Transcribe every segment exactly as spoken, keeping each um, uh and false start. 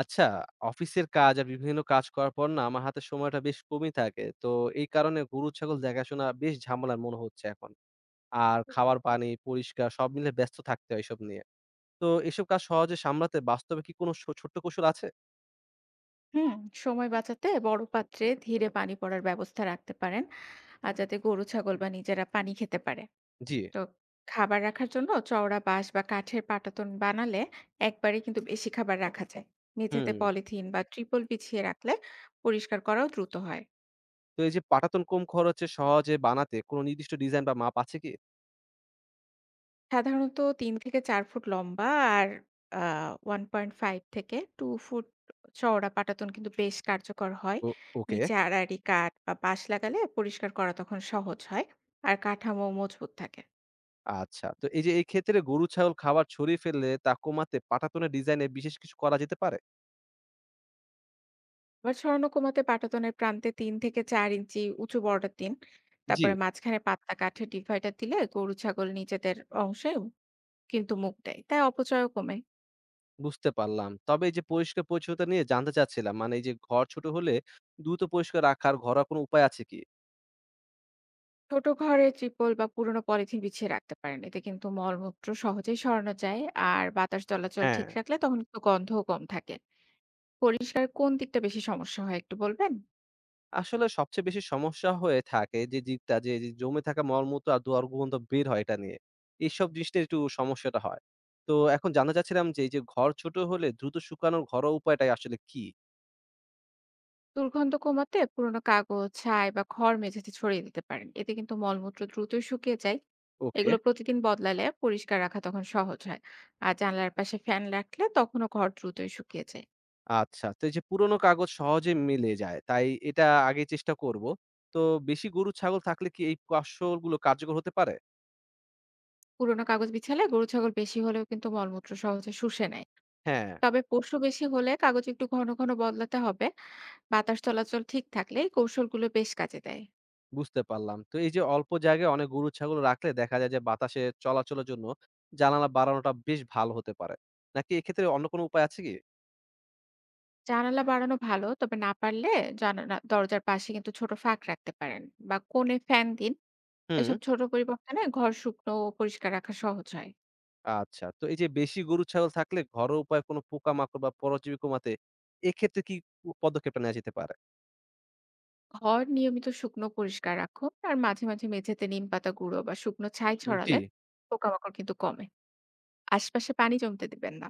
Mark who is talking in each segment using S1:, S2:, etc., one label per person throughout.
S1: আচ্ছা, অফিসের কাজ আর বিভিন্ন কাজ করার পর না আমার হাতে সময়টা বেশ কমই থাকে। তো এই কারণে গরু ছাগল দেখাশোনা বেশ ঝামেলার মনে হচ্ছে এখন। আর খাবার, পানি, পরিষ্কার সব মিলে ব্যস্ত থাকতে হয় এসব নিয়ে। তো এসব কাজ সহজে সামলাতে বাস্তবে কি কোনো ছো ছোট্ট কৌশল আছে?
S2: হুম। সময় বাঁচাতে বড় পাত্রে ধীরে পানি পড়ার ব্যবস্থা রাখতে পারেন, আর যাতে গরু ছাগল বা নিজেরা পানি খেতে পারে।
S1: জি।
S2: তো খাবার রাখার জন্য চওড়া বাঁশ বা কাঠের পাটাতন বানালে একবারে কিন্তু বেশি খাবার রাখা যায়। মেঝেতে
S1: হুম।
S2: পলিথিন বা ট্রিপল বিছিয়ে রাখলে পরিষ্কার করাও দ্রুত হয়।
S1: তো এই যে পাটাতন কম খরচে সহজে বানাতে কোনো নির্দিষ্ট ডিজাইন বা মাপ আছে কি?
S2: সাধারণত তিন থেকে চার ফুট লম্বা আর আ দেড় থেকে দুই ফুট চওড়া পাটাতন কিন্তু বেশ কার্যকর হয়।
S1: ও ওকে।
S2: নিচে আড়াআড়ি কাঠ বা বাঁশ লাগালে পরিষ্কার করা তখন সহজ হয়। আর কাঠামো মজবুত থাকে।
S1: আচ্ছা। তো এই যে এই ক্ষেত্রে গরু ছাগল খাবার ছড়িয়ে ফেললে তা কমাতে পাটাতনের ডিজাইনে বিশেষ কিছু করা যেতে পারে?
S2: আবার ছড়ানো কমাতে পাটাতনের প্রান্তে তিন থেকে চার ইঞ্চি উঁচু বর্ডার দিন।
S1: জি।
S2: তারপরে মাঝখানে পাতলা কাঠের ডিভাইডার দিলে গরু ছাগল নিজেদের অংশে কিন্তু মুখ দেয়। তাই অপচয়ও কমে।
S1: বুঝতে পারলাম। তবে এই যে পরিষ্কার-পরিচ্ছন্নতা নিয়ে জানতে চাচ্ছিলাম। মানে এই যে ঘর ছোট হলে দ্রুত পরিষ্কার রাখার ঘরোয়া কোনো উপায় আছে কি?
S2: ছোট ঘরে ত্রিপল বা পুরনো পলিথিন বিছিয়ে রাখতে পারেন, এতে কিন্তু মলমূত্র সহজেই সরানো যায়। আর বাতাস চলাচল
S1: হ্যাঁ।
S2: ঠিক রাখলে তখন কিন্তু গন্ধও কম থাকে। পরিষ্কার কোন দিকটা বেশি সমস্যা হয় একটু বলবেন?
S1: আসলে সবচেয়ে বেশি সমস্যা হয়ে থাকে যে দিকটা যে যে জমে থাকা মলমূত্র আর দুর্গন্ধ বের হয় এটা নিয়ে। এইসব জিনিসটা একটু সমস্যাটা হয়। তো এখন জানতে চাচ্ছিলাম যে এই যে ঘর ছোট হলে দ্রুত শুকানোর ঘরোয়া উপায়টা আসলে কি?
S2: দুর্গন্ধ কমাতে পুরনো কাগজ, ছাই বা খড় মেঝেতে ছড়িয়ে দিতে পারেন, এতে কিন্তু মলমূত্র দ্রুতই শুকিয়ে যায়।
S1: ওকে।
S2: এগুলো প্রতিদিন বদলালে পরিষ্কার রাখা তখন সহজ হয়। আর জানলার পাশে ফ্যান রাখলে তখনও ঘর দ্রুতই শুকিয়ে যায়।
S1: আচ্ছা। তো এই যে পুরনো কাগজ সহজে মিলে যায়। তাই এটা আগে চেষ্টা করব। তো বেশি গরু ছাগল থাকলে কি এই কৌশলগুলো কার্যকর হতে পারে?
S2: পুরোনো কাগজ বিছালে গরু ছাগল বেশি হলেও কিন্তু মলমূত্র সহজে শুষে নেয়।
S1: হ্যাঁ।
S2: তবে পোষ্য বেশি হলে কাগজ একটু ঘন ঘন বদলাতে হবে। বাতাস চলাচল ঠিক থাকলে এই কৌশলগুলো বেশ কাজে দেয়।
S1: বুঝতে পারলাম। তো এই যে অল্প জায়গায় অনেক গরু ছাগল রাখলে দেখা যায় যে বাতাসে চলাচলের জন্য জানালা বাড়ানোটা বেশ ভালো হতে পারে। নাকি এক্ষেত্রে অন্য কোনো উপায় আছে কি?
S2: জানালা বাড়ানো ভালো, তবে না পারলে জানালা দরজার পাশে কিন্তু ছোট ফাঁক রাখতে পারেন, বা কোণে ফ্যান দিন।
S1: হুম।
S2: এসব ছোট পরিবর্তনে ঘর শুকনো ও পরিষ্কার রাখা সহজ হয়।
S1: আচ্ছা। তো এই যে বেশি গরু ছাগল থাকলে ঘরোয়া উপায়ে কোনো পোকামাকড় বা পরজীবী কমাতে এক্ষেত্রে কি উ পদক্ষেপটা নেয়া যেতে পারে?
S2: ঘর নিয়মিত শুকনো পরিষ্কার রাখুন, আর মাঝে মাঝে মেঝেতে নিম পাতা গুঁড়ো বা শুকনো ছাই
S1: জি।
S2: ছড়ালে পোকামাকড় কিন্তু কমে। আশপাশে পানি জমতে দিবেন না।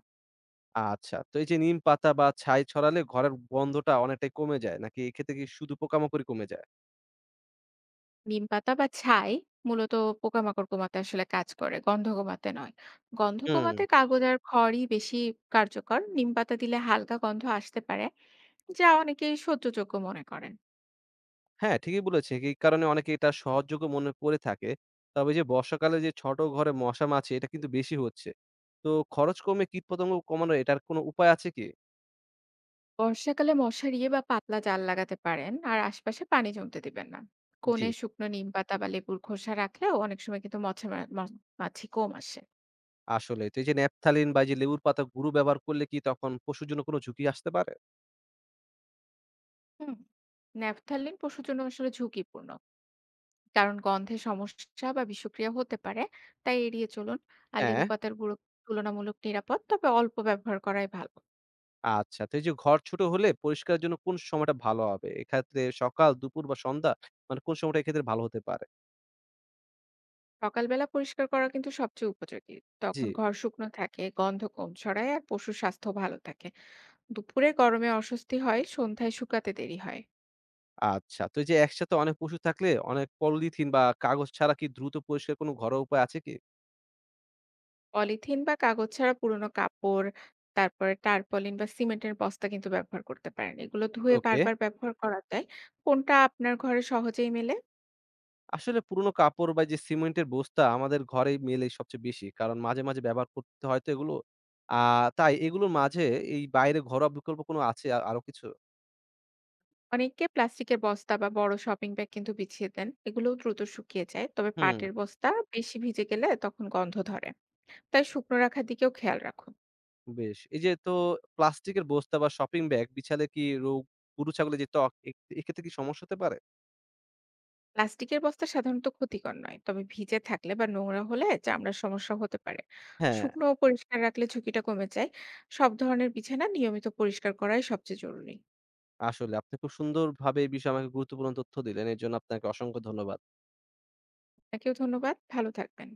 S1: আচ্ছা। তো এই যে নিম পাতা বা ছাই ছড়ালে ঘরের গন্ধটা অনেকটাই কমে যায় নাকি এক্ষেত্রে কি শুধু পোকামাকড়ই কমে যায়?
S2: নিম পাতা বা ছাই মূলত পোকামাকড় কমাতে আসলে কাজ করে, গন্ধ কমাতে নয়। গন্ধ
S1: হুম।
S2: কমাতে কাগজ আর খড়ই বেশি কার্যকর। নিম পাতা দিলে হালকা গন্ধ আসতে পারে, যা অনেকেই সহ্যযোগ্য মনে করেন।
S1: হ্যাঁ, ঠিকই বলেছেন। এই কারণে অনেকে এটা সহজযোগ্য মনে করে থাকে। তবে যে বর্ষাকালে যে ছোট ঘরে মশা, মাছি এটা কিন্তু বেশি হচ্ছে। তো খরচ কমে কীটপতঙ্গ কমানোর এটার কোনো উপায় আছে কি?
S2: বর্ষাকালে মশারি বা পাতলা জাল লাগাতে পারেন, আর আশপাশে পানি জমতে দিবেন না।
S1: জি,
S2: কোণে শুকনো নিম পাতা বা লেবুর খোসা রাখলেও অনেক সময় কিন্তু মশা মা- মা- মাছি কম আসে।
S1: আসলে। তো এই যে ন্যাপথালিন বা এই যে লেবুর পাতা গুঁড়ো ব্যবহার করলে কি তখন পশুর জন্য কোনো ঝুঁকি আসতে পারে?
S2: হুম। ন্যাফথালিন পশুর জন্য আসলে ঝুঁকিপূর্ণ, কারণ গন্ধে সমস্যা বা বিষক্রিয়া হতে পারে, তাই এড়িয়ে চলুন। আর লেবু
S1: হ্যাঁ,
S2: পাতার গুঁড়ো তুলনামূলক নিরাপদ, তবে অল্প ব্যবহার করাই ভালো।
S1: আচ্ছা। তো এই যে ঘর ছোট হলে পরিষ্কারের জন্য কোন সময়টা ভালো হবে? এক্ষেত্রে সকাল, দুপুর বা সন্ধ্যা মানে কোন সময়টা এক্ষেত্রে ভালো হতে পারে?
S2: সকালবেলা পরিষ্কার করা কিন্তু সবচেয়ে উপযোগী।
S1: জি,
S2: তখন ঘর শুকনো থাকে, গন্ধ কম ছড়ায় আর পশুর স্বাস্থ্য ভালো থাকে। দুপুরে গরমে অস্বস্তি হয়, সন্ধ্যায় শুকাতে দেরি হয়।
S1: আচ্ছা। তো এই যে একসাথে অনেক পশু থাকলে অনেক পলিথিন বা কাগজ ছাড়া কি দ্রুত পরিষ্কার কোনো ঘরোয়া উপায় আছে কি?
S2: পলিথিন বা কাগজ ছাড়া পুরনো কাপড়, তারপরে টারপলিন বা সিমেন্টের বস্তা কিন্তু ব্যবহার করতে পারেন। এগুলো ধুয়ে
S1: ওকে।
S2: বারবার ব্যবহার করা যায়। কোনটা আপনার ঘরে সহজেই মেলে?
S1: আসলে পুরোনো কাপড় বা যে সিমেন্টের বস্তা আমাদের ঘরেই মেলে সবচেয়ে বেশি। কারণ মাঝে, মাঝে ব্যবহার করতে হয় তো এগুলো। আ তাই এগুলোর মাঝে এই বাইরে ঘরোয়া বিকল্প কোনো আছে আ আরো কিছু?
S2: অনেকে প্লাস্টিকের বস্তা বা বড় শপিং ব্যাগ কিন্তু বিছিয়ে দেন, এগুলোও দ্রুত শুকিয়ে যায়। তবে
S1: হুম,
S2: পাটের বস্তা বেশি ভিজে গেলে তখন গন্ধ ধরে, তাই শুকনো রাখার দিকেও খেয়াল রাখুন।
S1: বেশ। এই যে তো প্লাস্টিকের বস্তা বা শপিং ব্যাগ বিছালে কি রোগ গরু ছাগলের যে ত্বক এ এক্ষেত্রে কি সমস্যা হতে পারে?
S2: প্লাস্টিকের বস্তা সাধারণত ক্ষতিকর নয়, তবে ভিজে থাকলে বা নোংরা হলে চামড়ার সমস্যা হতে পারে।
S1: হ্যাঁ,
S2: শুকনো ও পরিষ্কার রাখলে ঝুঁকিটা কমে যায়। সব ধরনের বিছানা নিয়মিত পরিষ্কার করাই সবচেয়ে জরুরি।
S1: আসলে আপনি খুব সুন্দরভাবে এই বিষয়ে আমাকে গুরুত্বপূর্ণ তথ্য দিলেন। এর জন্য আপনাকে অসংখ্য ধন্যবাদ।
S2: আপনাকেও ধন্যবাদ, ভালো থাকবেন।